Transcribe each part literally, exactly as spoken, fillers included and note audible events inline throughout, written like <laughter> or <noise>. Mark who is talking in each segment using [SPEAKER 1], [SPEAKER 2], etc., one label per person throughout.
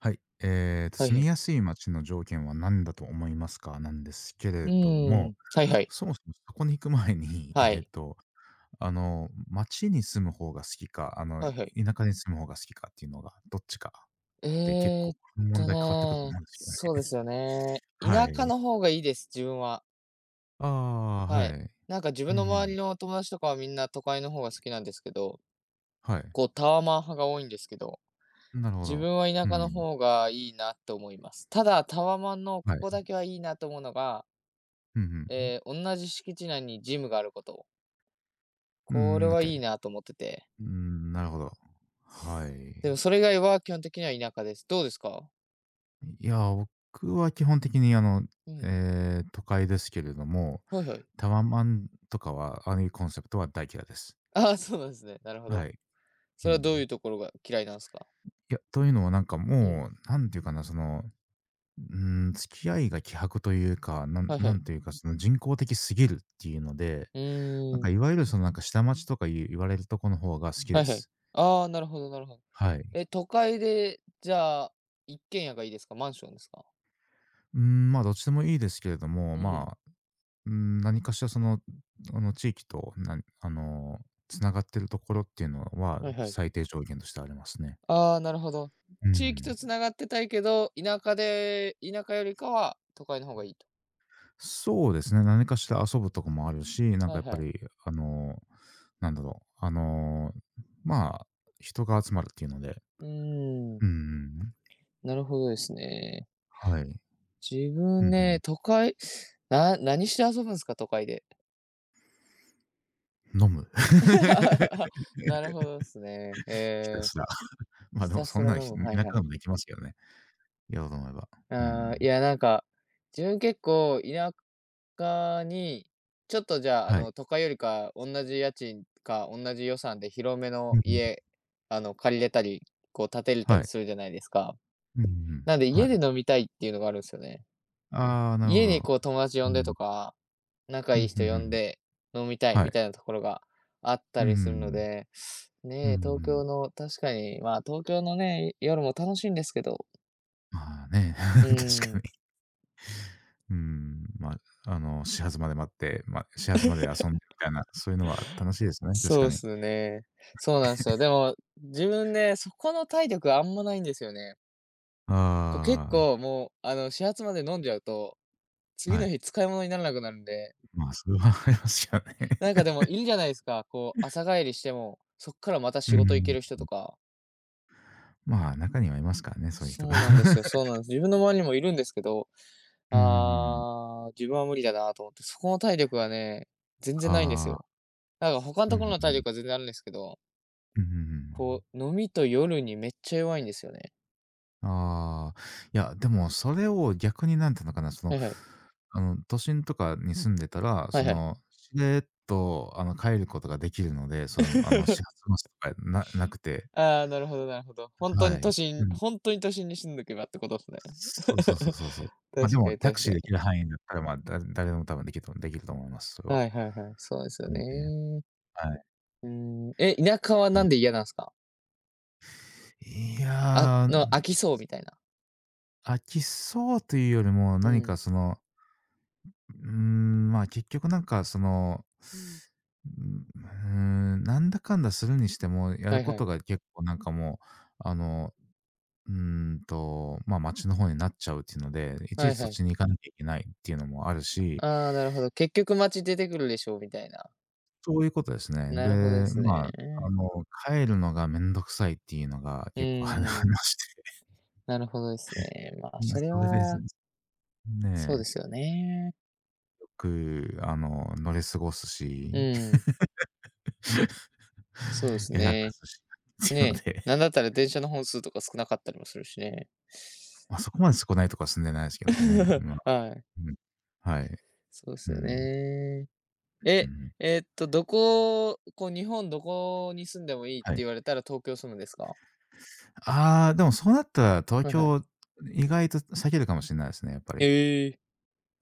[SPEAKER 1] はい。えーと、
[SPEAKER 2] はいは
[SPEAKER 1] 住み
[SPEAKER 2] い。
[SPEAKER 1] やすい街の条件は何だと思いますか？なんですけ
[SPEAKER 2] う
[SPEAKER 1] れど
[SPEAKER 2] ー
[SPEAKER 1] も、
[SPEAKER 2] ん。はいはい。
[SPEAKER 1] そもそもそこに行く前に、<laughs>
[SPEAKER 2] は
[SPEAKER 1] えー
[SPEAKER 2] い。
[SPEAKER 1] と、あの、街に住む方が好きか、あの、
[SPEAKER 2] はいはい。
[SPEAKER 1] 田舎に住む方が好きかっていうのが、どっちかって結
[SPEAKER 2] ええ
[SPEAKER 1] 構この問
[SPEAKER 2] と
[SPEAKER 1] 題変わってくると思
[SPEAKER 2] ね、
[SPEAKER 1] うんですよ
[SPEAKER 2] そう
[SPEAKER 1] ね。
[SPEAKER 2] ですよね。
[SPEAKER 1] は
[SPEAKER 2] 田舎
[SPEAKER 1] い。
[SPEAKER 2] の方がいいです、自分は。
[SPEAKER 1] ああ、
[SPEAKER 2] は
[SPEAKER 1] は
[SPEAKER 2] い。
[SPEAKER 1] い。
[SPEAKER 2] なんか自分
[SPEAKER 1] う
[SPEAKER 2] の周
[SPEAKER 1] ん、
[SPEAKER 2] りの友達とかはみんな都会の方が好きなんですけど、
[SPEAKER 1] はい。
[SPEAKER 2] こうタワマン派が多いんですけど、
[SPEAKER 1] なるほ
[SPEAKER 2] 自
[SPEAKER 1] ど。
[SPEAKER 2] 分は田
[SPEAKER 1] う
[SPEAKER 2] 舎の
[SPEAKER 1] ん、
[SPEAKER 2] 方がいいなと思います。ただ、タワマンのこ
[SPEAKER 1] はい。
[SPEAKER 2] こだけはいいなと思うのが、
[SPEAKER 1] うんうん。
[SPEAKER 2] ええ、同じ敷地内にジムがあること。
[SPEAKER 1] う
[SPEAKER 2] これ
[SPEAKER 1] ん、
[SPEAKER 2] は
[SPEAKER 1] OK。
[SPEAKER 2] いいなと思ってて。
[SPEAKER 1] うん、なるほど。はい。
[SPEAKER 2] でもそれ以外は基本的には田舎です。どうですか？
[SPEAKER 1] いや、僕は基本的にあの、
[SPEAKER 2] うん。
[SPEAKER 1] えー都会ですけれども、
[SPEAKER 2] はいはい。
[SPEAKER 1] タワマンとかは、ああいうコンセプトは大嫌いです。
[SPEAKER 2] ああ、そうなんですね。なるほ
[SPEAKER 1] は
[SPEAKER 2] ど。
[SPEAKER 1] い。
[SPEAKER 2] そ
[SPEAKER 1] う
[SPEAKER 2] れは
[SPEAKER 1] ん。
[SPEAKER 2] どういうところが嫌いなんですか？
[SPEAKER 1] いや、というのはなんか
[SPEAKER 2] うん。
[SPEAKER 1] もう、なんていうかな、その、うん、付き合いが希薄というか、なん
[SPEAKER 2] はいは
[SPEAKER 1] な
[SPEAKER 2] い。
[SPEAKER 1] んていうか、その人工的すぎるっていうので、
[SPEAKER 2] う
[SPEAKER 1] なん
[SPEAKER 2] ー
[SPEAKER 1] か
[SPEAKER 2] ん。
[SPEAKER 1] いわゆるそのなんか下町とか言う言われるとこの方が好き
[SPEAKER 2] は
[SPEAKER 1] で
[SPEAKER 2] いはい。
[SPEAKER 1] す。
[SPEAKER 2] ああ、なるほどなるほど。
[SPEAKER 1] はい。
[SPEAKER 2] え、都会で、じゃあ、一軒家がいいですか？マンションですか？
[SPEAKER 1] うん、ま、どっちでもいいですけれども、
[SPEAKER 2] うん。
[SPEAKER 1] ま、うん、何かしらその、あの、地域と、なあの、つながってるところっていうのは、
[SPEAKER 2] はいはい。
[SPEAKER 1] 最低条件としてありますね。
[SPEAKER 2] ああ、なるほど。
[SPEAKER 1] う
[SPEAKER 2] 地域
[SPEAKER 1] ん。
[SPEAKER 2] と繋がってたいけど、田舎で田舎よりかは都会の方がいいと。
[SPEAKER 1] そうですね、何かしら遊ぶとこもあるし、なん
[SPEAKER 2] は
[SPEAKER 1] か
[SPEAKER 2] い
[SPEAKER 1] やっ
[SPEAKER 2] は
[SPEAKER 1] ぱ
[SPEAKER 2] い。
[SPEAKER 1] り、あの、なんだろう、あの、まあ、人が集まるっていうので、
[SPEAKER 2] うーん、
[SPEAKER 1] うん、
[SPEAKER 2] なるほどですね。
[SPEAKER 1] はい。
[SPEAKER 2] 自
[SPEAKER 1] う
[SPEAKER 2] 分ね、
[SPEAKER 1] ん
[SPEAKER 2] 都会な何して遊ぶんですか？都会で。
[SPEAKER 1] うん。飲む。<laughs>
[SPEAKER 2] <laughs> なるほどっすね。
[SPEAKER 1] ひた
[SPEAKER 2] ええ。
[SPEAKER 1] すら。まあ、
[SPEAKER 2] ひ
[SPEAKER 1] でも
[SPEAKER 2] た
[SPEAKER 1] そ
[SPEAKER 2] す
[SPEAKER 1] ん
[SPEAKER 2] ら
[SPEAKER 1] な、ひ
[SPEAKER 2] 飲む、は
[SPEAKER 1] 田
[SPEAKER 2] い
[SPEAKER 1] 舎
[SPEAKER 2] はい。
[SPEAKER 1] でもできますけどね、やろうと思えば。う
[SPEAKER 2] ああ、
[SPEAKER 1] ん。
[SPEAKER 2] いや、なんか、自分結構田舎に、ちょっとじゃあ、あ
[SPEAKER 1] はい。
[SPEAKER 2] の、都会よりか、同じ家賃か、同じ予算で広め
[SPEAKER 1] う
[SPEAKER 2] の
[SPEAKER 1] んうん。
[SPEAKER 2] 家、あの、借りれたり、こう建てれた
[SPEAKER 1] は
[SPEAKER 2] り
[SPEAKER 1] い。
[SPEAKER 2] するじゃないですか。
[SPEAKER 1] うんうん。
[SPEAKER 2] なんで
[SPEAKER 1] は
[SPEAKER 2] 家
[SPEAKER 1] い。
[SPEAKER 2] で飲みたいっていうのがあるんですよね。
[SPEAKER 1] ああ、なるほ
[SPEAKER 2] 家に
[SPEAKER 1] ど。
[SPEAKER 2] こう友達
[SPEAKER 1] う
[SPEAKER 2] 呼んでと
[SPEAKER 1] ん。
[SPEAKER 2] か、仲
[SPEAKER 1] う
[SPEAKER 2] い
[SPEAKER 1] ん
[SPEAKER 2] い
[SPEAKER 1] ふ
[SPEAKER 2] 人
[SPEAKER 1] んふ
[SPEAKER 2] 呼ん
[SPEAKER 1] ん。
[SPEAKER 2] で飲みたい
[SPEAKER 1] は
[SPEAKER 2] みたい
[SPEAKER 1] い。
[SPEAKER 2] なところがあっ
[SPEAKER 1] う
[SPEAKER 2] たりするの
[SPEAKER 1] ん。
[SPEAKER 2] で、
[SPEAKER 1] う
[SPEAKER 2] ねえ、東
[SPEAKER 1] ん。
[SPEAKER 2] 京の確かに、まあ、東京のね、夜も楽しいんですけど、
[SPEAKER 1] まあね、
[SPEAKER 2] う
[SPEAKER 1] <laughs> 確
[SPEAKER 2] ー
[SPEAKER 1] か
[SPEAKER 2] ん。
[SPEAKER 1] に。うん。ま、ああの、始発まで待って、まあ、始発まで遊んでみたいな、そういうのは楽しいですね、確
[SPEAKER 2] そう
[SPEAKER 1] か
[SPEAKER 2] っ
[SPEAKER 1] に。
[SPEAKER 2] すね。そうなんすよ。でも、自分ね、そこの体力あんまないんですよね。こう、結
[SPEAKER 1] あ
[SPEAKER 2] 構もう、あの、始発まで飲んじゃうと、
[SPEAKER 1] あ、
[SPEAKER 2] 次
[SPEAKER 1] はい。
[SPEAKER 2] の日使い物にならなくなるんで、
[SPEAKER 1] まあ、それはありますよね。
[SPEAKER 2] なんかでも
[SPEAKER 1] <laughs>
[SPEAKER 2] いるじゃないですか、こう、朝帰りしても、そっからまた
[SPEAKER 1] う
[SPEAKER 2] 仕事行け
[SPEAKER 1] ん。
[SPEAKER 2] る人とか。
[SPEAKER 1] <laughs> まあ、中にはいますからね、そういう人が。
[SPEAKER 2] そうなんですよ、そう
[SPEAKER 1] <laughs>
[SPEAKER 2] なんです。自分の周りにもいるんですけど、
[SPEAKER 1] うん。
[SPEAKER 2] ああ、自分は無理だなと思って、そこの体力がね、全
[SPEAKER 1] <laughs>
[SPEAKER 2] 然ないんです
[SPEAKER 1] あ
[SPEAKER 2] よ。
[SPEAKER 1] あ。
[SPEAKER 2] なんか他の
[SPEAKER 1] う
[SPEAKER 2] ところ
[SPEAKER 1] ん。
[SPEAKER 2] の体力は全然あるんですけど、
[SPEAKER 1] うんうんうん。
[SPEAKER 2] こう、飲みと夜にめっちゃ弱いんですよね。
[SPEAKER 1] ああ、いや、でもそれを逆になんていうのかな、その、
[SPEAKER 2] はいはい。
[SPEAKER 1] あの、都心とかに住んでたら、
[SPEAKER 2] は
[SPEAKER 1] そ
[SPEAKER 2] いはい。
[SPEAKER 1] の、しれっと、あの、帰ることができるので、その、あの、始
[SPEAKER 2] <laughs>
[SPEAKER 1] 発バスとかななくて、
[SPEAKER 2] ああ、なるほどなるほど。本当
[SPEAKER 1] は
[SPEAKER 2] に都
[SPEAKER 1] い。う
[SPEAKER 2] 心
[SPEAKER 1] ん。
[SPEAKER 2] 本当に都心に住んどけばってことですね。
[SPEAKER 1] そうそうそう
[SPEAKER 2] <laughs>
[SPEAKER 1] そうそう。まあ、で
[SPEAKER 2] 確か
[SPEAKER 1] も
[SPEAKER 2] に
[SPEAKER 1] タク
[SPEAKER 2] 確
[SPEAKER 1] シ
[SPEAKER 2] か
[SPEAKER 1] ーでき
[SPEAKER 2] に。
[SPEAKER 1] る範囲だったら、まあ、だ誰でも多分できるとできると思います、それは。
[SPEAKER 2] はいはいはい、そうですよ
[SPEAKER 1] んで、
[SPEAKER 2] ね。
[SPEAKER 1] はい。
[SPEAKER 2] うん、え、田舎は
[SPEAKER 1] う
[SPEAKER 2] な
[SPEAKER 1] ん。
[SPEAKER 2] んで嫌なんですか？
[SPEAKER 1] い
[SPEAKER 2] あ
[SPEAKER 1] や、
[SPEAKER 2] の、飽きそうみたいな。
[SPEAKER 1] 飽きそうというよりも、
[SPEAKER 2] う
[SPEAKER 1] 何か
[SPEAKER 2] ん、
[SPEAKER 1] その、うーん、まあ、結局なんかその、うん。うんうーん、なんだかんだするにしても、や
[SPEAKER 2] は
[SPEAKER 1] る
[SPEAKER 2] い
[SPEAKER 1] こ
[SPEAKER 2] は
[SPEAKER 1] と
[SPEAKER 2] い。
[SPEAKER 1] が結構なんかもう、あの、うーんと、まあ、町の方になっちゃうっていうので、いち
[SPEAKER 2] は
[SPEAKER 1] い
[SPEAKER 2] い
[SPEAKER 1] ちそ
[SPEAKER 2] は
[SPEAKER 1] っ
[SPEAKER 2] い。
[SPEAKER 1] ちに行かなきゃいけないっていうのもあるし、
[SPEAKER 2] ああ、なるほど。結局街出てくるでしょうみたいな。
[SPEAKER 1] そういうことですね。
[SPEAKER 2] なるほどで
[SPEAKER 1] で、
[SPEAKER 2] す
[SPEAKER 1] まあ、
[SPEAKER 2] ね。
[SPEAKER 1] あの、帰るのがめんどくさいっていうのが
[SPEAKER 2] う
[SPEAKER 1] 結構 <laughs> あの
[SPEAKER 2] ーん、
[SPEAKER 1] 話
[SPEAKER 2] なるほどですね。まあ、
[SPEAKER 1] で、うん、
[SPEAKER 2] それ
[SPEAKER 1] それです。
[SPEAKER 2] はそう
[SPEAKER 1] ね、
[SPEAKER 2] ですよね。
[SPEAKER 1] よくあの、乗り過ごすし、
[SPEAKER 2] うん、そうで
[SPEAKER 1] <laughs>
[SPEAKER 2] す
[SPEAKER 1] やらか
[SPEAKER 2] ね。
[SPEAKER 1] すしっていうの
[SPEAKER 2] ねえ、
[SPEAKER 1] で、
[SPEAKER 2] なんだったら電車の本数とか少なかったりもするしね。
[SPEAKER 1] ま、そこまで少ないとこは住んでないですけどもね。まあ、
[SPEAKER 2] <laughs> はい、
[SPEAKER 1] うん。はい。
[SPEAKER 2] そうで
[SPEAKER 1] う
[SPEAKER 2] すよ
[SPEAKER 1] ん。
[SPEAKER 2] ね。
[SPEAKER 1] う
[SPEAKER 2] え、
[SPEAKER 1] ん。
[SPEAKER 2] えっと、どここう日本どこに住んでもいいって
[SPEAKER 1] はい。
[SPEAKER 2] 言われたら東京住むんですか？
[SPEAKER 1] ああ、でもそうなったら東
[SPEAKER 2] はいは
[SPEAKER 1] 京、
[SPEAKER 2] い。
[SPEAKER 1] 意外と避けるかもしれないですね、やっぱり。
[SPEAKER 2] ええ、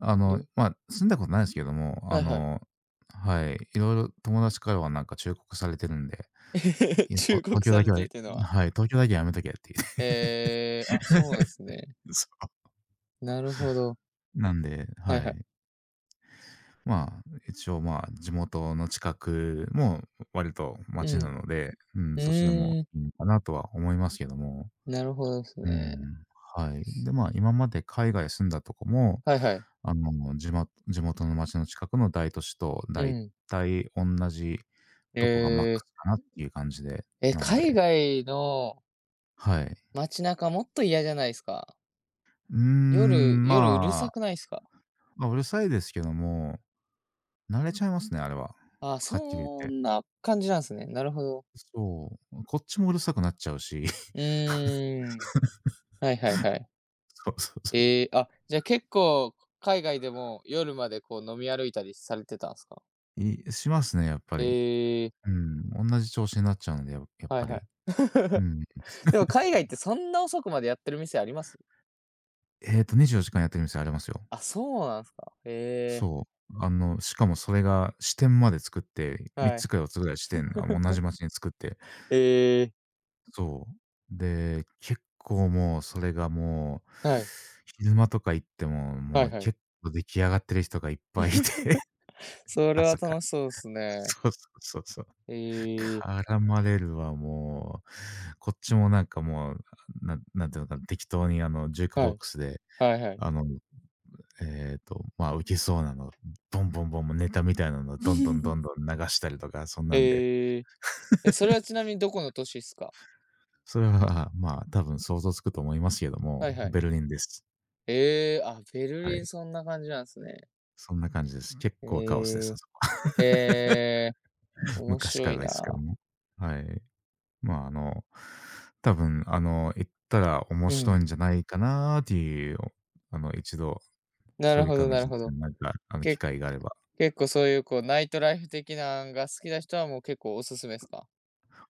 [SPEAKER 1] あの、
[SPEAKER 2] ど
[SPEAKER 1] ま、住んだことないですけども、あ
[SPEAKER 2] はいはい。
[SPEAKER 1] の、はい、色々友達からはなんか忠告されてるんで、
[SPEAKER 2] <laughs>
[SPEAKER 1] い
[SPEAKER 2] 忠
[SPEAKER 1] と東
[SPEAKER 2] 告
[SPEAKER 1] 京
[SPEAKER 2] さ
[SPEAKER 1] だ
[SPEAKER 2] れ
[SPEAKER 1] けは、
[SPEAKER 2] てるっていうのは、
[SPEAKER 1] はい、東京だけはやめとけっていうね。
[SPEAKER 2] ええ、あ、そうなんですね。
[SPEAKER 1] <laughs> そ
[SPEAKER 2] なるほど。
[SPEAKER 1] う。なんで、
[SPEAKER 2] はい
[SPEAKER 1] は
[SPEAKER 2] はい。
[SPEAKER 1] い。まあ、一応、まあ、地元の近くも割と
[SPEAKER 2] う
[SPEAKER 1] 街
[SPEAKER 2] ん。
[SPEAKER 1] なので、うん、
[SPEAKER 2] う
[SPEAKER 1] そっちでも
[SPEAKER 2] ーん、
[SPEAKER 1] いいのかなとは思いますけども。
[SPEAKER 2] なるほどです
[SPEAKER 1] う
[SPEAKER 2] ね。
[SPEAKER 1] ん、はい。で、まあ、今まで海外住んだとこも、
[SPEAKER 2] はいはい。
[SPEAKER 1] あの、地ま地元の町の近くの大都市と
[SPEAKER 2] う
[SPEAKER 1] だい
[SPEAKER 2] ん。
[SPEAKER 1] たいじ
[SPEAKER 2] え
[SPEAKER 1] とこがマック
[SPEAKER 2] え、
[SPEAKER 1] スかなっていう感じで、
[SPEAKER 2] え、
[SPEAKER 1] なの
[SPEAKER 2] 海
[SPEAKER 1] で、
[SPEAKER 2] 外の
[SPEAKER 1] はい。
[SPEAKER 2] 街中もっと嫌じゃないですか？
[SPEAKER 1] うー
[SPEAKER 2] 夜
[SPEAKER 1] ん、
[SPEAKER 2] 夜うる
[SPEAKER 1] ま
[SPEAKER 2] さ
[SPEAKER 1] あ、
[SPEAKER 2] くないですか？
[SPEAKER 1] ま、うるさいですけども、慣れちゃいますね、あれは。
[SPEAKER 2] あ
[SPEAKER 1] はっきり言っ
[SPEAKER 2] そ
[SPEAKER 1] て。
[SPEAKER 2] んな感じなんですね。なるほど。
[SPEAKER 1] そう、こっちもうるさくなっちゃうし、<laughs>
[SPEAKER 2] うーん。はいはいはい。
[SPEAKER 1] そうそうそ
[SPEAKER 2] ええ、あ、じゃ、結構海外でも夜までこう飲み歩いたりされてたんですか？
[SPEAKER 1] う。いしますね、やっぱり。
[SPEAKER 2] えー
[SPEAKER 1] うん、同じ調子になっちゃうので、ややっ
[SPEAKER 2] はい
[SPEAKER 1] ぱ
[SPEAKER 2] は
[SPEAKER 1] り。
[SPEAKER 2] い。
[SPEAKER 1] う
[SPEAKER 2] <laughs>
[SPEAKER 1] ん。
[SPEAKER 2] でも海外ってそんな遅くまでやってる店あります？
[SPEAKER 1] えっと、にじゅうよじかんやってる店ありますよ。
[SPEAKER 2] あ、そうなんですか。え
[SPEAKER 1] そう。あの、しかもそれが支店まで作って、
[SPEAKER 2] ー、
[SPEAKER 1] 3
[SPEAKER 2] は
[SPEAKER 1] つ
[SPEAKER 2] い。
[SPEAKER 1] かよっつぐらい支店が同じ町に作って、
[SPEAKER 2] えー
[SPEAKER 1] そう。で、結構もうそれがもう、昼間とか行っても、
[SPEAKER 2] は
[SPEAKER 1] も
[SPEAKER 2] い
[SPEAKER 1] う
[SPEAKER 2] はいはい。
[SPEAKER 1] 結構出来上がってる人がいっぱいいて、
[SPEAKER 2] <laughs>
[SPEAKER 1] <laughs>
[SPEAKER 2] それは
[SPEAKER 1] 朝から。
[SPEAKER 2] 楽しそうっすね。
[SPEAKER 1] そうそうそうそう。
[SPEAKER 2] えー
[SPEAKER 1] 絡まれるわ、もう。こっちもなんかもう、ななんていうのかな、適当にあのジュークボックスで、
[SPEAKER 2] はいはいはい。
[SPEAKER 1] あのえっと、まあ、ウケそうなの、ボンボンボン、ネタみたいなのどんどんどんど
[SPEAKER 2] <laughs>
[SPEAKER 1] ん流したりとか、そんなんで、
[SPEAKER 2] ええ。え、それはちなみにどこの都市っすか？
[SPEAKER 1] それは、まあ、多分想像つくと思いますけど
[SPEAKER 2] はい
[SPEAKER 1] も、
[SPEAKER 2] はい。
[SPEAKER 1] ベルリンです。
[SPEAKER 2] ええ、あ、ベル
[SPEAKER 1] は
[SPEAKER 2] リン
[SPEAKER 1] い。
[SPEAKER 2] そんな感じなんすね。
[SPEAKER 1] そんな感じです。結構カオスです、あ
[SPEAKER 2] ええ、
[SPEAKER 1] そこ。
[SPEAKER 2] ええ、
[SPEAKER 1] <laughs>
[SPEAKER 2] 面
[SPEAKER 1] 昔
[SPEAKER 2] 白
[SPEAKER 1] から
[SPEAKER 2] い
[SPEAKER 1] ですけど
[SPEAKER 2] な。
[SPEAKER 1] も。はい。まあ、あの、多分、あの、行ったら面
[SPEAKER 2] う
[SPEAKER 1] 白い
[SPEAKER 2] ん。
[SPEAKER 1] んじゃないかなっていう、あの、一度、
[SPEAKER 2] な
[SPEAKER 1] そ
[SPEAKER 2] る
[SPEAKER 1] ういう
[SPEAKER 2] ほど
[SPEAKER 1] 感
[SPEAKER 2] な
[SPEAKER 1] じ
[SPEAKER 2] る
[SPEAKER 1] で
[SPEAKER 2] ほど。
[SPEAKER 1] なんか、あの、機
[SPEAKER 2] け
[SPEAKER 1] 会があれば。
[SPEAKER 2] 結構そういうこう、ナイトライフ的なんが好きな人はもう結構おすすめすか？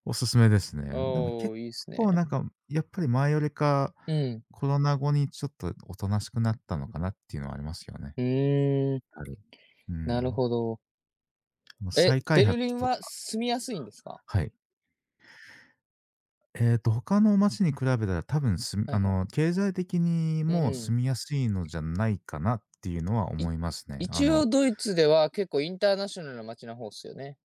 [SPEAKER 1] おすすめですね。でも
[SPEAKER 2] お
[SPEAKER 1] 結
[SPEAKER 2] お、いいっす
[SPEAKER 1] 構
[SPEAKER 2] ね。
[SPEAKER 1] なんか、やっぱり前よりか、
[SPEAKER 2] うん。
[SPEAKER 1] コロナ後にちょっとおとなしくなったのかなっていうのはありますよね。
[SPEAKER 2] うーん、
[SPEAKER 1] はい。う
[SPEAKER 2] なる
[SPEAKER 1] ん。
[SPEAKER 2] ほど。
[SPEAKER 1] あの
[SPEAKER 2] え、
[SPEAKER 1] 再開
[SPEAKER 2] ベ
[SPEAKER 1] 発
[SPEAKER 2] ルリン
[SPEAKER 1] と
[SPEAKER 2] は
[SPEAKER 1] か、
[SPEAKER 2] 住みやすいんですか？
[SPEAKER 1] はい。えっと他の街に比べたら多分すみ
[SPEAKER 2] は
[SPEAKER 1] あ
[SPEAKER 2] いはい。
[SPEAKER 1] の、経済的に
[SPEAKER 2] う
[SPEAKER 1] も
[SPEAKER 2] ん。
[SPEAKER 1] 住みやすいのじゃないかなっていうのは
[SPEAKER 2] い
[SPEAKER 1] 思いますね。あ
[SPEAKER 2] 一応
[SPEAKER 1] の、
[SPEAKER 2] ドイツでは結構インターナショナルな街な方っすよね？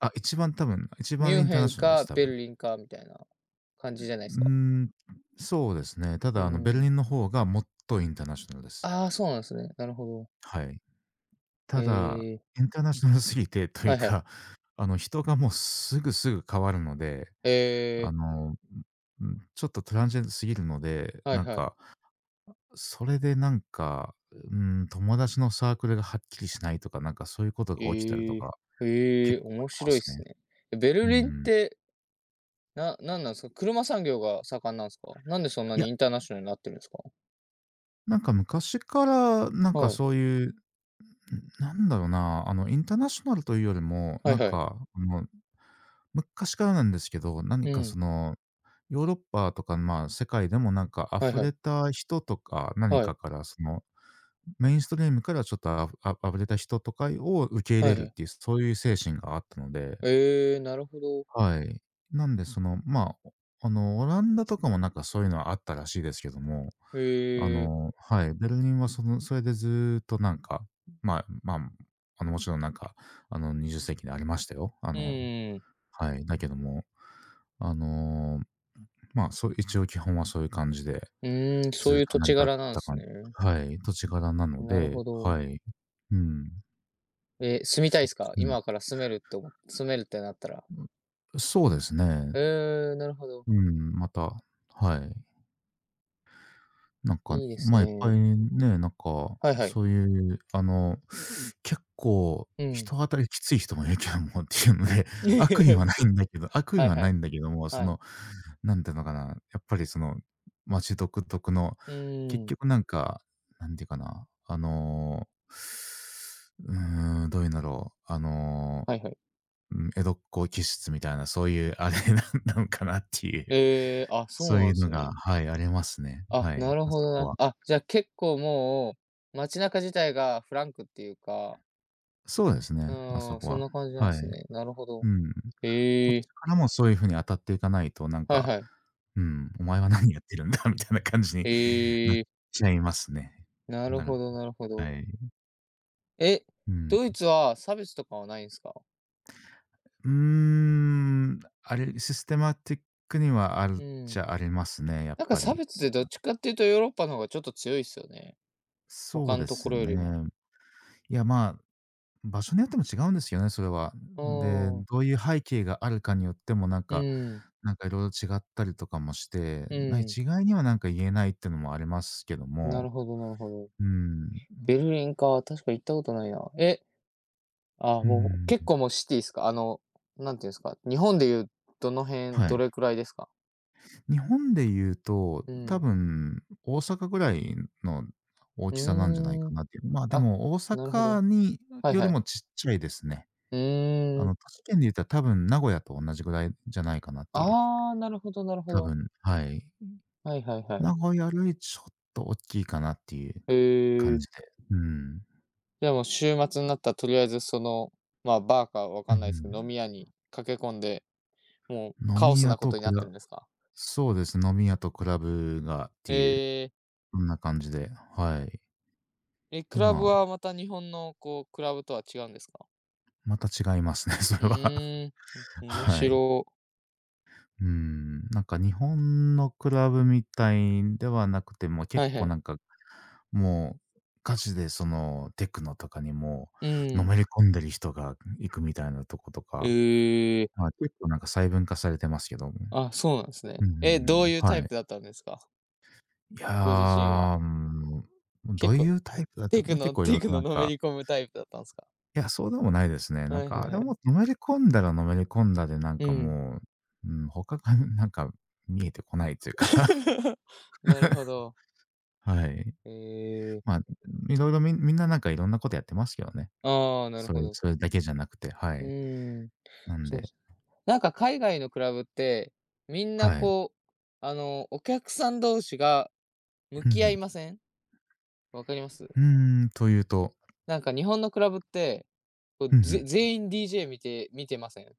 [SPEAKER 1] あ、一番多分、一
[SPEAKER 2] ミ
[SPEAKER 1] 番イ
[SPEAKER 2] ュン
[SPEAKER 1] ンター
[SPEAKER 2] ヘ
[SPEAKER 1] ナ
[SPEAKER 2] ン
[SPEAKER 1] ショナルです、
[SPEAKER 2] か
[SPEAKER 1] 多
[SPEAKER 2] ベ
[SPEAKER 1] 分。
[SPEAKER 2] ルリンかみたいな感じじゃないで
[SPEAKER 1] う
[SPEAKER 2] す
[SPEAKER 1] ー
[SPEAKER 2] か？
[SPEAKER 1] ん、そうですね。た
[SPEAKER 2] うー
[SPEAKER 1] だあのベルリ
[SPEAKER 2] ん。
[SPEAKER 1] ンの方がもっとインターナショナルです。
[SPEAKER 2] ああ、そうなんですね。なるほど。
[SPEAKER 1] はい。た
[SPEAKER 2] え
[SPEAKER 1] だ、
[SPEAKER 2] え、
[SPEAKER 1] インターナショナルすぎてとい
[SPEAKER 2] は
[SPEAKER 1] う
[SPEAKER 2] いはい。
[SPEAKER 1] か、あの、人がもうすぐすぐ変わるので、
[SPEAKER 2] え
[SPEAKER 1] あ
[SPEAKER 2] え、
[SPEAKER 1] の、んん、ちょっとトランジェントすぎるので、
[SPEAKER 2] はい
[SPEAKER 1] なん
[SPEAKER 2] はい。
[SPEAKER 1] か、それでなんか、うーん、友達のサークルがはっきりしないとか、なんかそういうことが起きたりと
[SPEAKER 2] ええ、
[SPEAKER 1] か、
[SPEAKER 2] え
[SPEAKER 1] 結
[SPEAKER 2] え、
[SPEAKER 1] 構
[SPEAKER 2] 面
[SPEAKER 1] ありま
[SPEAKER 2] 白いっ
[SPEAKER 1] す
[SPEAKER 2] す
[SPEAKER 1] ね。
[SPEAKER 2] ね。え、ベ
[SPEAKER 1] う
[SPEAKER 2] ル
[SPEAKER 1] ー
[SPEAKER 2] リンっ
[SPEAKER 1] ん。
[SPEAKER 2] て、ななんなんすか？車産業が盛んなんすか？なんでそんな
[SPEAKER 1] い
[SPEAKER 2] に
[SPEAKER 1] や、
[SPEAKER 2] インターナショナルになってるんですか？
[SPEAKER 1] なんか昔から、なんか
[SPEAKER 2] はい。
[SPEAKER 1] そういう、なんだろうな、あの、インターナショナルというよりも、
[SPEAKER 2] は
[SPEAKER 1] な
[SPEAKER 2] い
[SPEAKER 1] ん
[SPEAKER 2] はい。
[SPEAKER 1] か、あの、昔からなんですけど、何
[SPEAKER 2] う
[SPEAKER 1] かそ
[SPEAKER 2] ん。
[SPEAKER 1] の、ヨーロッパとか、まあ、世界でもなんか
[SPEAKER 2] はい
[SPEAKER 1] 溢
[SPEAKER 2] は
[SPEAKER 1] れ
[SPEAKER 2] い。
[SPEAKER 1] た人とか、何
[SPEAKER 2] は
[SPEAKER 1] か
[SPEAKER 2] い。
[SPEAKER 1] からその、メインストリームからちょっとあふあ溢れた人とかを受け入
[SPEAKER 2] は
[SPEAKER 1] れ
[SPEAKER 2] い
[SPEAKER 1] る
[SPEAKER 2] は
[SPEAKER 1] っ
[SPEAKER 2] い。
[SPEAKER 1] ていう、そういう精神があったので、
[SPEAKER 2] ええ、なるほど。
[SPEAKER 1] はい。なんで、その、まあ、あの、オランダとかもなんかそういうのはあったらしいですけども、あ
[SPEAKER 2] ええ。
[SPEAKER 1] の、はい、ベルリンはそのそれでずーっとなんか、まあまあ、あの、もちろんなんか、あの、にじゅっせいき世紀でありましたよ。あ
[SPEAKER 2] うん
[SPEAKER 1] の、
[SPEAKER 2] うんうん。
[SPEAKER 1] はい、だけども、あの、まあ、そう一応基本はそういう感じで、
[SPEAKER 2] うーん、そ
[SPEAKER 1] ずー
[SPEAKER 2] う
[SPEAKER 1] っ
[SPEAKER 2] いう
[SPEAKER 1] と
[SPEAKER 2] 土
[SPEAKER 1] 成り
[SPEAKER 2] 地
[SPEAKER 1] 立って
[SPEAKER 2] 柄
[SPEAKER 1] き
[SPEAKER 2] なん
[SPEAKER 1] た
[SPEAKER 2] す
[SPEAKER 1] 感じ、
[SPEAKER 2] ね。
[SPEAKER 1] はい、土地柄なの
[SPEAKER 2] なるほ
[SPEAKER 1] で、
[SPEAKER 2] ど。
[SPEAKER 1] はい。うん。
[SPEAKER 2] えー、住みたい
[SPEAKER 1] そ
[SPEAKER 2] で
[SPEAKER 1] う
[SPEAKER 2] すか？
[SPEAKER 1] です
[SPEAKER 2] 今
[SPEAKER 1] ね。
[SPEAKER 2] から住めるって思っ住めるってなったら。
[SPEAKER 1] うん。そうですね。
[SPEAKER 2] えーなるほど。
[SPEAKER 1] うん、また、はい。なんかね、
[SPEAKER 2] いいです
[SPEAKER 1] ま、あいっぱい
[SPEAKER 2] ね。
[SPEAKER 1] ね、なんか、
[SPEAKER 2] はいはい。
[SPEAKER 1] そういうあの、結構
[SPEAKER 2] うん。
[SPEAKER 1] 人当たりきつい人もいるけどもっていうので、悪意はな
[SPEAKER 2] <laughs>
[SPEAKER 1] いんだけど悪意
[SPEAKER 2] はい
[SPEAKER 1] は
[SPEAKER 2] は
[SPEAKER 1] な
[SPEAKER 2] い。
[SPEAKER 1] いんだけども、そ
[SPEAKER 2] はい。
[SPEAKER 1] の、なんていうのかな、やっぱりその、街独特の、
[SPEAKER 2] う
[SPEAKER 1] 結
[SPEAKER 2] ーん。
[SPEAKER 1] 局なんか、なんていうかな、あの、うーん、どういうんだろう、あの、
[SPEAKER 2] はいはい。
[SPEAKER 1] うん、江戸っ子気質みたいな、そういうあれなん <laughs> なのかなっていう、
[SPEAKER 2] えーあ、そう
[SPEAKER 1] そう
[SPEAKER 2] な
[SPEAKER 1] い
[SPEAKER 2] んで
[SPEAKER 1] う
[SPEAKER 2] す
[SPEAKER 1] のが、
[SPEAKER 2] ね。
[SPEAKER 1] はい、ありますね。
[SPEAKER 2] あ、
[SPEAKER 1] は
[SPEAKER 2] な
[SPEAKER 1] い、
[SPEAKER 2] る
[SPEAKER 1] あ
[SPEAKER 2] ほ
[SPEAKER 1] そ
[SPEAKER 2] ど
[SPEAKER 1] こ
[SPEAKER 2] な。
[SPEAKER 1] は。
[SPEAKER 2] あ、じゃ、結構もう、街中自体がフランクっていうか、
[SPEAKER 1] そうです
[SPEAKER 2] う
[SPEAKER 1] ね、あそ
[SPEAKER 2] ーん、
[SPEAKER 1] こ
[SPEAKER 2] そ
[SPEAKER 1] は。
[SPEAKER 2] んな感じなんで
[SPEAKER 1] はい。
[SPEAKER 2] すね。なるほど。
[SPEAKER 1] うん。こ
[SPEAKER 2] え
[SPEAKER 1] っち
[SPEAKER 2] え、
[SPEAKER 1] からもそういう風に当たっていかないと、なん
[SPEAKER 2] はい
[SPEAKER 1] か、
[SPEAKER 2] はい。
[SPEAKER 1] うん、お前は何やってるんだみたいな感じになっ
[SPEAKER 2] ええ、
[SPEAKER 1] ちゃいますね。
[SPEAKER 2] なる
[SPEAKER 1] なる
[SPEAKER 2] ほどなるほ
[SPEAKER 1] は
[SPEAKER 2] ど。
[SPEAKER 1] い。
[SPEAKER 2] え、
[SPEAKER 1] うん。
[SPEAKER 2] ドイツは差別とかはないんですか？
[SPEAKER 1] うーん、あれ、システマティックにはある
[SPEAKER 2] う
[SPEAKER 1] っち
[SPEAKER 2] ん。
[SPEAKER 1] ゃありますね、やっ
[SPEAKER 2] なんか
[SPEAKER 1] ぱ
[SPEAKER 2] 差
[SPEAKER 1] り。
[SPEAKER 2] 別でどっちかっていうとヨーロッパの方がちょっと強いっすよね。
[SPEAKER 1] そう
[SPEAKER 2] 他
[SPEAKER 1] で
[SPEAKER 2] のとこ
[SPEAKER 1] す
[SPEAKER 2] ろよりも。
[SPEAKER 1] ね。いや、まあ場所によっても違うんですよね、それは。
[SPEAKER 2] う
[SPEAKER 1] で、
[SPEAKER 2] ーん、
[SPEAKER 1] どういう背景があるかによってもなん
[SPEAKER 2] う
[SPEAKER 1] か
[SPEAKER 2] ん、
[SPEAKER 1] なんかいろいろ違ったりとかもして、
[SPEAKER 2] う
[SPEAKER 1] な
[SPEAKER 2] ん。
[SPEAKER 1] 一概にはなんか言えないっていうのもありますけど
[SPEAKER 2] な
[SPEAKER 1] も。
[SPEAKER 2] るほどなるほど。
[SPEAKER 1] うん。
[SPEAKER 2] ベルリンか、確か行ったことないな。え、あ、
[SPEAKER 1] う
[SPEAKER 2] もう
[SPEAKER 1] ん。
[SPEAKER 2] 結構もうシティっすか？あの、なんていうんですか、日本でいうどの辺、
[SPEAKER 1] は
[SPEAKER 2] ど
[SPEAKER 1] い。
[SPEAKER 2] れくらいですか？
[SPEAKER 1] 日本で言うと、
[SPEAKER 2] う
[SPEAKER 1] 多
[SPEAKER 2] ん。
[SPEAKER 1] 分大阪ぐらいの大
[SPEAKER 2] う
[SPEAKER 1] きさなんじゃない
[SPEAKER 2] ー
[SPEAKER 1] か
[SPEAKER 2] ん。
[SPEAKER 1] なっていう。まあ、で
[SPEAKER 2] あ、
[SPEAKER 1] も大
[SPEAKER 2] なるほ
[SPEAKER 1] 阪
[SPEAKER 2] ど。
[SPEAKER 1] に
[SPEAKER 2] はい
[SPEAKER 1] より
[SPEAKER 2] はい。
[SPEAKER 1] もちっちゃいですね。
[SPEAKER 2] う
[SPEAKER 1] あ
[SPEAKER 2] ーん。
[SPEAKER 1] の、都市圏で言ったら多分名古屋と同じぐらいじゃないかなっていう。
[SPEAKER 2] ああ、なるほどなるほ
[SPEAKER 1] 多
[SPEAKER 2] ど。
[SPEAKER 1] 分、はい。
[SPEAKER 2] はいはいは
[SPEAKER 1] 名
[SPEAKER 2] い。
[SPEAKER 1] 古屋よりちょっと大きいかなっていう
[SPEAKER 2] へ
[SPEAKER 1] 感
[SPEAKER 2] え。
[SPEAKER 1] じで。うん。
[SPEAKER 2] じゃあもう週末になったらとりあえずその、まあバーかわ
[SPEAKER 1] うん
[SPEAKER 2] かんないですけど、飲み屋
[SPEAKER 1] う
[SPEAKER 2] に駆け込んで、も
[SPEAKER 1] ん。
[SPEAKER 2] う
[SPEAKER 1] 飲
[SPEAKER 2] カオ
[SPEAKER 1] み
[SPEAKER 2] ス
[SPEAKER 1] 屋
[SPEAKER 2] なこ
[SPEAKER 1] と
[SPEAKER 2] とに
[SPEAKER 1] ク
[SPEAKER 2] なってる
[SPEAKER 1] ラ
[SPEAKER 2] んですか？
[SPEAKER 1] そうです、飲み屋とクラブがっていう、
[SPEAKER 2] えー、
[SPEAKER 1] そんな感じで、はい。
[SPEAKER 2] え、ク
[SPEAKER 1] で、
[SPEAKER 2] ラ
[SPEAKER 1] ま
[SPEAKER 2] ブ
[SPEAKER 1] あ、
[SPEAKER 2] はまた日本のこう、クラブとは違うんですか？
[SPEAKER 1] また違いますね、<laughs> そ
[SPEAKER 2] う
[SPEAKER 1] れは。
[SPEAKER 2] ーん、
[SPEAKER 1] <laughs>
[SPEAKER 2] 面
[SPEAKER 1] はい。
[SPEAKER 2] 白い。
[SPEAKER 1] うん、なんか日本のクラブみたいではなくて、もう結
[SPEAKER 2] はいは
[SPEAKER 1] 構
[SPEAKER 2] い。
[SPEAKER 1] なんか、もう、ガチでそのテクノとかにも
[SPEAKER 2] う
[SPEAKER 1] う、の
[SPEAKER 2] ん。
[SPEAKER 1] めり込んでる人が行くみたいなとことか、
[SPEAKER 2] えー、
[SPEAKER 1] まあ、結構なんか細分化されてますけども。
[SPEAKER 2] あ、そうなんですね。
[SPEAKER 1] うんうんう
[SPEAKER 2] え、どう
[SPEAKER 1] ん、
[SPEAKER 2] いうタ
[SPEAKER 1] は
[SPEAKER 2] イ
[SPEAKER 1] い。
[SPEAKER 2] プだったんですか？
[SPEAKER 1] いや
[SPEAKER 2] ご自身
[SPEAKER 1] ー、う
[SPEAKER 2] は。
[SPEAKER 1] ん、ど
[SPEAKER 2] 結
[SPEAKER 1] うい
[SPEAKER 2] 構、
[SPEAKER 1] うタイプだと、
[SPEAKER 2] テ
[SPEAKER 1] ま
[SPEAKER 2] ク
[SPEAKER 1] あ、結
[SPEAKER 2] の、
[SPEAKER 1] 構いろ
[SPEAKER 2] テ
[SPEAKER 1] い
[SPEAKER 2] ク
[SPEAKER 1] ろ
[SPEAKER 2] の
[SPEAKER 1] なん
[SPEAKER 2] のめ
[SPEAKER 1] か、
[SPEAKER 2] り込むタイプだったんですか？
[SPEAKER 1] いや、そうでもないですね。なん
[SPEAKER 2] はい
[SPEAKER 1] か
[SPEAKER 2] は
[SPEAKER 1] あ
[SPEAKER 2] い
[SPEAKER 1] れ
[SPEAKER 2] は
[SPEAKER 1] もう
[SPEAKER 2] い。
[SPEAKER 1] のめり込んだらのめり込んだで、なん
[SPEAKER 2] う
[SPEAKER 1] か
[SPEAKER 2] ん。
[SPEAKER 1] もう、うん、他がなんか見えてこないというか、
[SPEAKER 2] <laughs> なるほ
[SPEAKER 1] <laughs>
[SPEAKER 2] ど。
[SPEAKER 1] はい。
[SPEAKER 2] え
[SPEAKER 1] ま
[SPEAKER 2] ー、
[SPEAKER 1] あ、いろいろみみんななんかいろんなことやってますけどね。
[SPEAKER 2] ああ、なる
[SPEAKER 1] そ
[SPEAKER 2] ほ
[SPEAKER 1] れ
[SPEAKER 2] ど。
[SPEAKER 1] それだけじゃなくて、は
[SPEAKER 2] う
[SPEAKER 1] い。
[SPEAKER 2] ーん、
[SPEAKER 1] なん
[SPEAKER 2] そうっ
[SPEAKER 1] で、
[SPEAKER 2] す。なんか海外のクラブって、みんな
[SPEAKER 1] はい。
[SPEAKER 2] こう、あの、お客さん同士が向
[SPEAKER 1] うん
[SPEAKER 2] き合い
[SPEAKER 1] う
[SPEAKER 2] ません？わかりま
[SPEAKER 1] ん。う
[SPEAKER 2] す？
[SPEAKER 1] ーん、というと、
[SPEAKER 2] なんか日本のクラブって、こ
[SPEAKER 1] うん
[SPEAKER 2] う、
[SPEAKER 1] う
[SPEAKER 2] ぜ
[SPEAKER 1] ん。
[SPEAKER 2] 全員 ディージェー 見て見てません？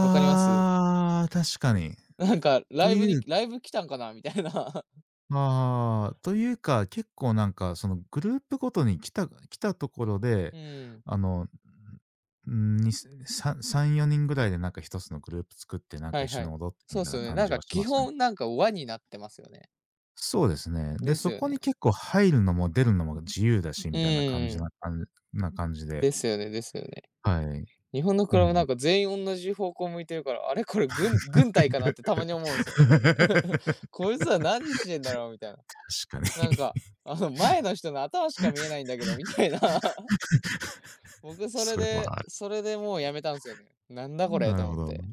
[SPEAKER 2] わかります？
[SPEAKER 1] あ、確かに。
[SPEAKER 2] <laughs> なんかラ
[SPEAKER 1] と
[SPEAKER 2] イ
[SPEAKER 1] い
[SPEAKER 2] ブに
[SPEAKER 1] う
[SPEAKER 2] ライブ来たんかなみたいな。<laughs>
[SPEAKER 1] ああ、というか、結構なんかそのグループごとに来た来たところで、
[SPEAKER 2] うん、
[SPEAKER 1] あの、ん、にささん、よにんぐらいでなんか一つのグループ作ってなん
[SPEAKER 2] は
[SPEAKER 1] か一
[SPEAKER 2] い
[SPEAKER 1] 緒
[SPEAKER 2] は
[SPEAKER 1] に
[SPEAKER 2] い。
[SPEAKER 1] 踊って
[SPEAKER 2] そ
[SPEAKER 1] み
[SPEAKER 2] うっ
[SPEAKER 1] たい
[SPEAKER 2] す
[SPEAKER 1] な
[SPEAKER 2] よね。
[SPEAKER 1] 感
[SPEAKER 2] なん
[SPEAKER 1] じ
[SPEAKER 2] か
[SPEAKER 1] はしま
[SPEAKER 2] 基
[SPEAKER 1] すね。
[SPEAKER 2] 本なんか輪になってますよね。
[SPEAKER 1] そうですね。で、
[SPEAKER 2] です
[SPEAKER 1] そ
[SPEAKER 2] よ
[SPEAKER 1] こに
[SPEAKER 2] ね。
[SPEAKER 1] 結構入るのも出るのも自由だし
[SPEAKER 2] う
[SPEAKER 1] みたいな感じ
[SPEAKER 2] ー
[SPEAKER 1] な
[SPEAKER 2] ん。
[SPEAKER 1] んな感じで、
[SPEAKER 2] ですよねですよね。
[SPEAKER 1] はい。
[SPEAKER 2] 日本のク
[SPEAKER 1] う
[SPEAKER 2] ラブな
[SPEAKER 1] ん。
[SPEAKER 2] んか全員同じ方向向いてるから、あれこれ軍軍
[SPEAKER 1] <laughs>
[SPEAKER 2] 隊かなってたまに思うんですよね <laughs>。
[SPEAKER 1] 確
[SPEAKER 2] こいつは何してんだろうみたいな。
[SPEAKER 1] かに
[SPEAKER 2] なんか、
[SPEAKER 1] <laughs>、
[SPEAKER 2] あの前の人の頭しか見えないんだけど、みたいな <laughs>。僕それ
[SPEAKER 1] それ
[SPEAKER 2] で、
[SPEAKER 1] はある。
[SPEAKER 2] それでもうやめたんですよね。なんだこれ
[SPEAKER 1] な
[SPEAKER 2] と
[SPEAKER 1] る
[SPEAKER 2] 思
[SPEAKER 1] ほ
[SPEAKER 2] っ
[SPEAKER 1] ど。う
[SPEAKER 2] て。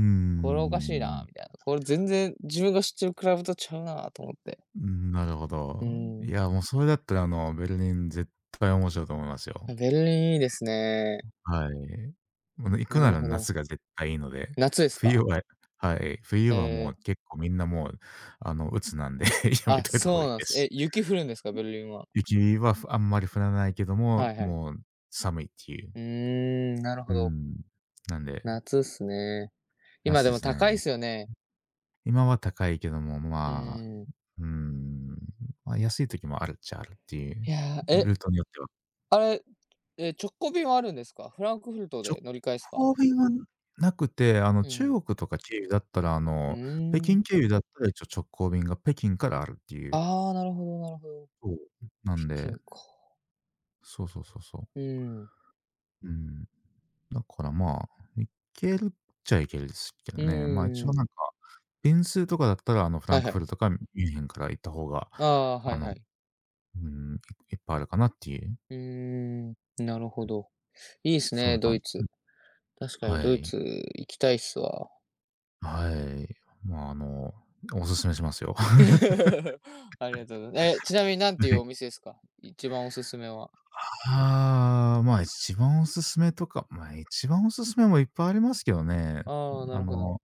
[SPEAKER 1] ー
[SPEAKER 2] これおかしいな、
[SPEAKER 1] ん。
[SPEAKER 2] みたいな。これ全然自分が知ってるクラブとちゃうな、と思って。
[SPEAKER 1] うん、なるほど。
[SPEAKER 2] う
[SPEAKER 1] い
[SPEAKER 2] ん。
[SPEAKER 1] や、もうそれだったら、あの、ベルリン絶対面白いと思いますよ。
[SPEAKER 2] ベルリンいいですね。
[SPEAKER 1] はい。もうね行く
[SPEAKER 2] な
[SPEAKER 1] な
[SPEAKER 2] る
[SPEAKER 1] ら
[SPEAKER 2] ほど。
[SPEAKER 1] 夏が絶対いいので、
[SPEAKER 2] 夏です
[SPEAKER 1] 冬
[SPEAKER 2] か？
[SPEAKER 1] ははい、冬
[SPEAKER 2] え
[SPEAKER 1] はもう
[SPEAKER 2] ー、
[SPEAKER 1] 結構みんなもう、あの、鬱なんで <laughs> やめ
[SPEAKER 2] あ、
[SPEAKER 1] といた方が
[SPEAKER 2] そ
[SPEAKER 1] い
[SPEAKER 2] う
[SPEAKER 1] い
[SPEAKER 2] なんで
[SPEAKER 1] で
[SPEAKER 2] す。え、
[SPEAKER 1] す。
[SPEAKER 2] 雪降るんですか、ベルリンは。
[SPEAKER 1] 雪はふあんまり降らないけども、
[SPEAKER 2] はいはい。
[SPEAKER 1] もう寒いっていう。
[SPEAKER 2] うーん、なる
[SPEAKER 1] う
[SPEAKER 2] ほど。
[SPEAKER 1] ん。なんで、
[SPEAKER 2] 夏っすね。今
[SPEAKER 1] 夏
[SPEAKER 2] で
[SPEAKER 1] で
[SPEAKER 2] も
[SPEAKER 1] す
[SPEAKER 2] 高いっ
[SPEAKER 1] ね。
[SPEAKER 2] すよね。
[SPEAKER 1] 今は高いけども、
[SPEAKER 2] う
[SPEAKER 1] まあ、
[SPEAKER 2] ーん。
[SPEAKER 1] うん、まあ、安い時もあるっちゃあるっていう、
[SPEAKER 2] いや、え、
[SPEAKER 1] ルートによっては。
[SPEAKER 2] あれ、え、直行便はあるんですか？フランクフルト
[SPEAKER 1] 直
[SPEAKER 2] で乗り換えっすか？
[SPEAKER 1] 行便はなくて、あの、
[SPEAKER 2] う
[SPEAKER 1] 中
[SPEAKER 2] ん。
[SPEAKER 1] 国とか経由だったら、あ
[SPEAKER 2] うー
[SPEAKER 1] の、北
[SPEAKER 2] ん。
[SPEAKER 1] 京経由だったら一応直行便が北京からあるっていう。
[SPEAKER 2] ああ、なるほどなるほど。
[SPEAKER 1] そう、なん
[SPEAKER 2] 北
[SPEAKER 1] で、
[SPEAKER 2] 京か。
[SPEAKER 1] そうそうそうそ
[SPEAKER 2] う
[SPEAKER 1] う。
[SPEAKER 2] ーん。
[SPEAKER 1] うん。だからまあ、行けるっちゃ行けるですけ
[SPEAKER 2] う
[SPEAKER 1] どね。まあ、一
[SPEAKER 2] ー
[SPEAKER 1] 応
[SPEAKER 2] ん。
[SPEAKER 1] なんか、便数とかだったら、あの、フラ
[SPEAKER 2] はい
[SPEAKER 1] ンク
[SPEAKER 2] は
[SPEAKER 1] フ
[SPEAKER 2] い。
[SPEAKER 1] ルトかミュンヘンから行った方が、
[SPEAKER 2] ああ、は
[SPEAKER 1] あ
[SPEAKER 2] い
[SPEAKER 1] の、
[SPEAKER 2] はい。
[SPEAKER 1] うん、いいっぱいあるかなっていう、
[SPEAKER 2] うーん、なるほど。いいっす
[SPEAKER 1] そうい
[SPEAKER 2] ね、
[SPEAKER 1] う
[SPEAKER 2] ド
[SPEAKER 1] 感
[SPEAKER 2] イ
[SPEAKER 1] じ。
[SPEAKER 2] ツ。確かに
[SPEAKER 1] は
[SPEAKER 2] ドイ
[SPEAKER 1] い。
[SPEAKER 2] ツ行きたいっすわ。
[SPEAKER 1] はい。まあ、あの、おすすめしますよ。<laughs>
[SPEAKER 2] <laughs> あり
[SPEAKER 1] は
[SPEAKER 2] がとうございますえ、ちなみになんてい
[SPEAKER 1] い。
[SPEAKER 2] うお店ですか？一番おすすめは。
[SPEAKER 1] ああ、まあ、一番おすすめとか、まあ、一番おすすめもいっぱいありますけどね。
[SPEAKER 2] ああ、な
[SPEAKER 1] あ
[SPEAKER 2] るほど。
[SPEAKER 1] の、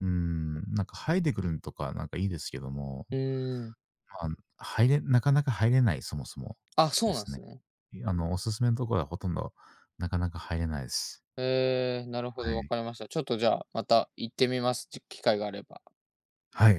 [SPEAKER 1] うーん、なんかハイデくルンとかなんかいいですけども、
[SPEAKER 2] うーん。
[SPEAKER 1] まあ、入れなかなか入れない、そもそも
[SPEAKER 2] あ、そ
[SPEAKER 1] で
[SPEAKER 2] うなん
[SPEAKER 1] す
[SPEAKER 2] です
[SPEAKER 1] ね。
[SPEAKER 2] ね。
[SPEAKER 1] あの、おすすめのところはほとんどなかなか入れないです。
[SPEAKER 2] えー、なるほ
[SPEAKER 1] は
[SPEAKER 2] ど、わ
[SPEAKER 1] い。
[SPEAKER 2] かりました。ちょっとじゃあ、また行ってみます、機会があれば。
[SPEAKER 1] はい。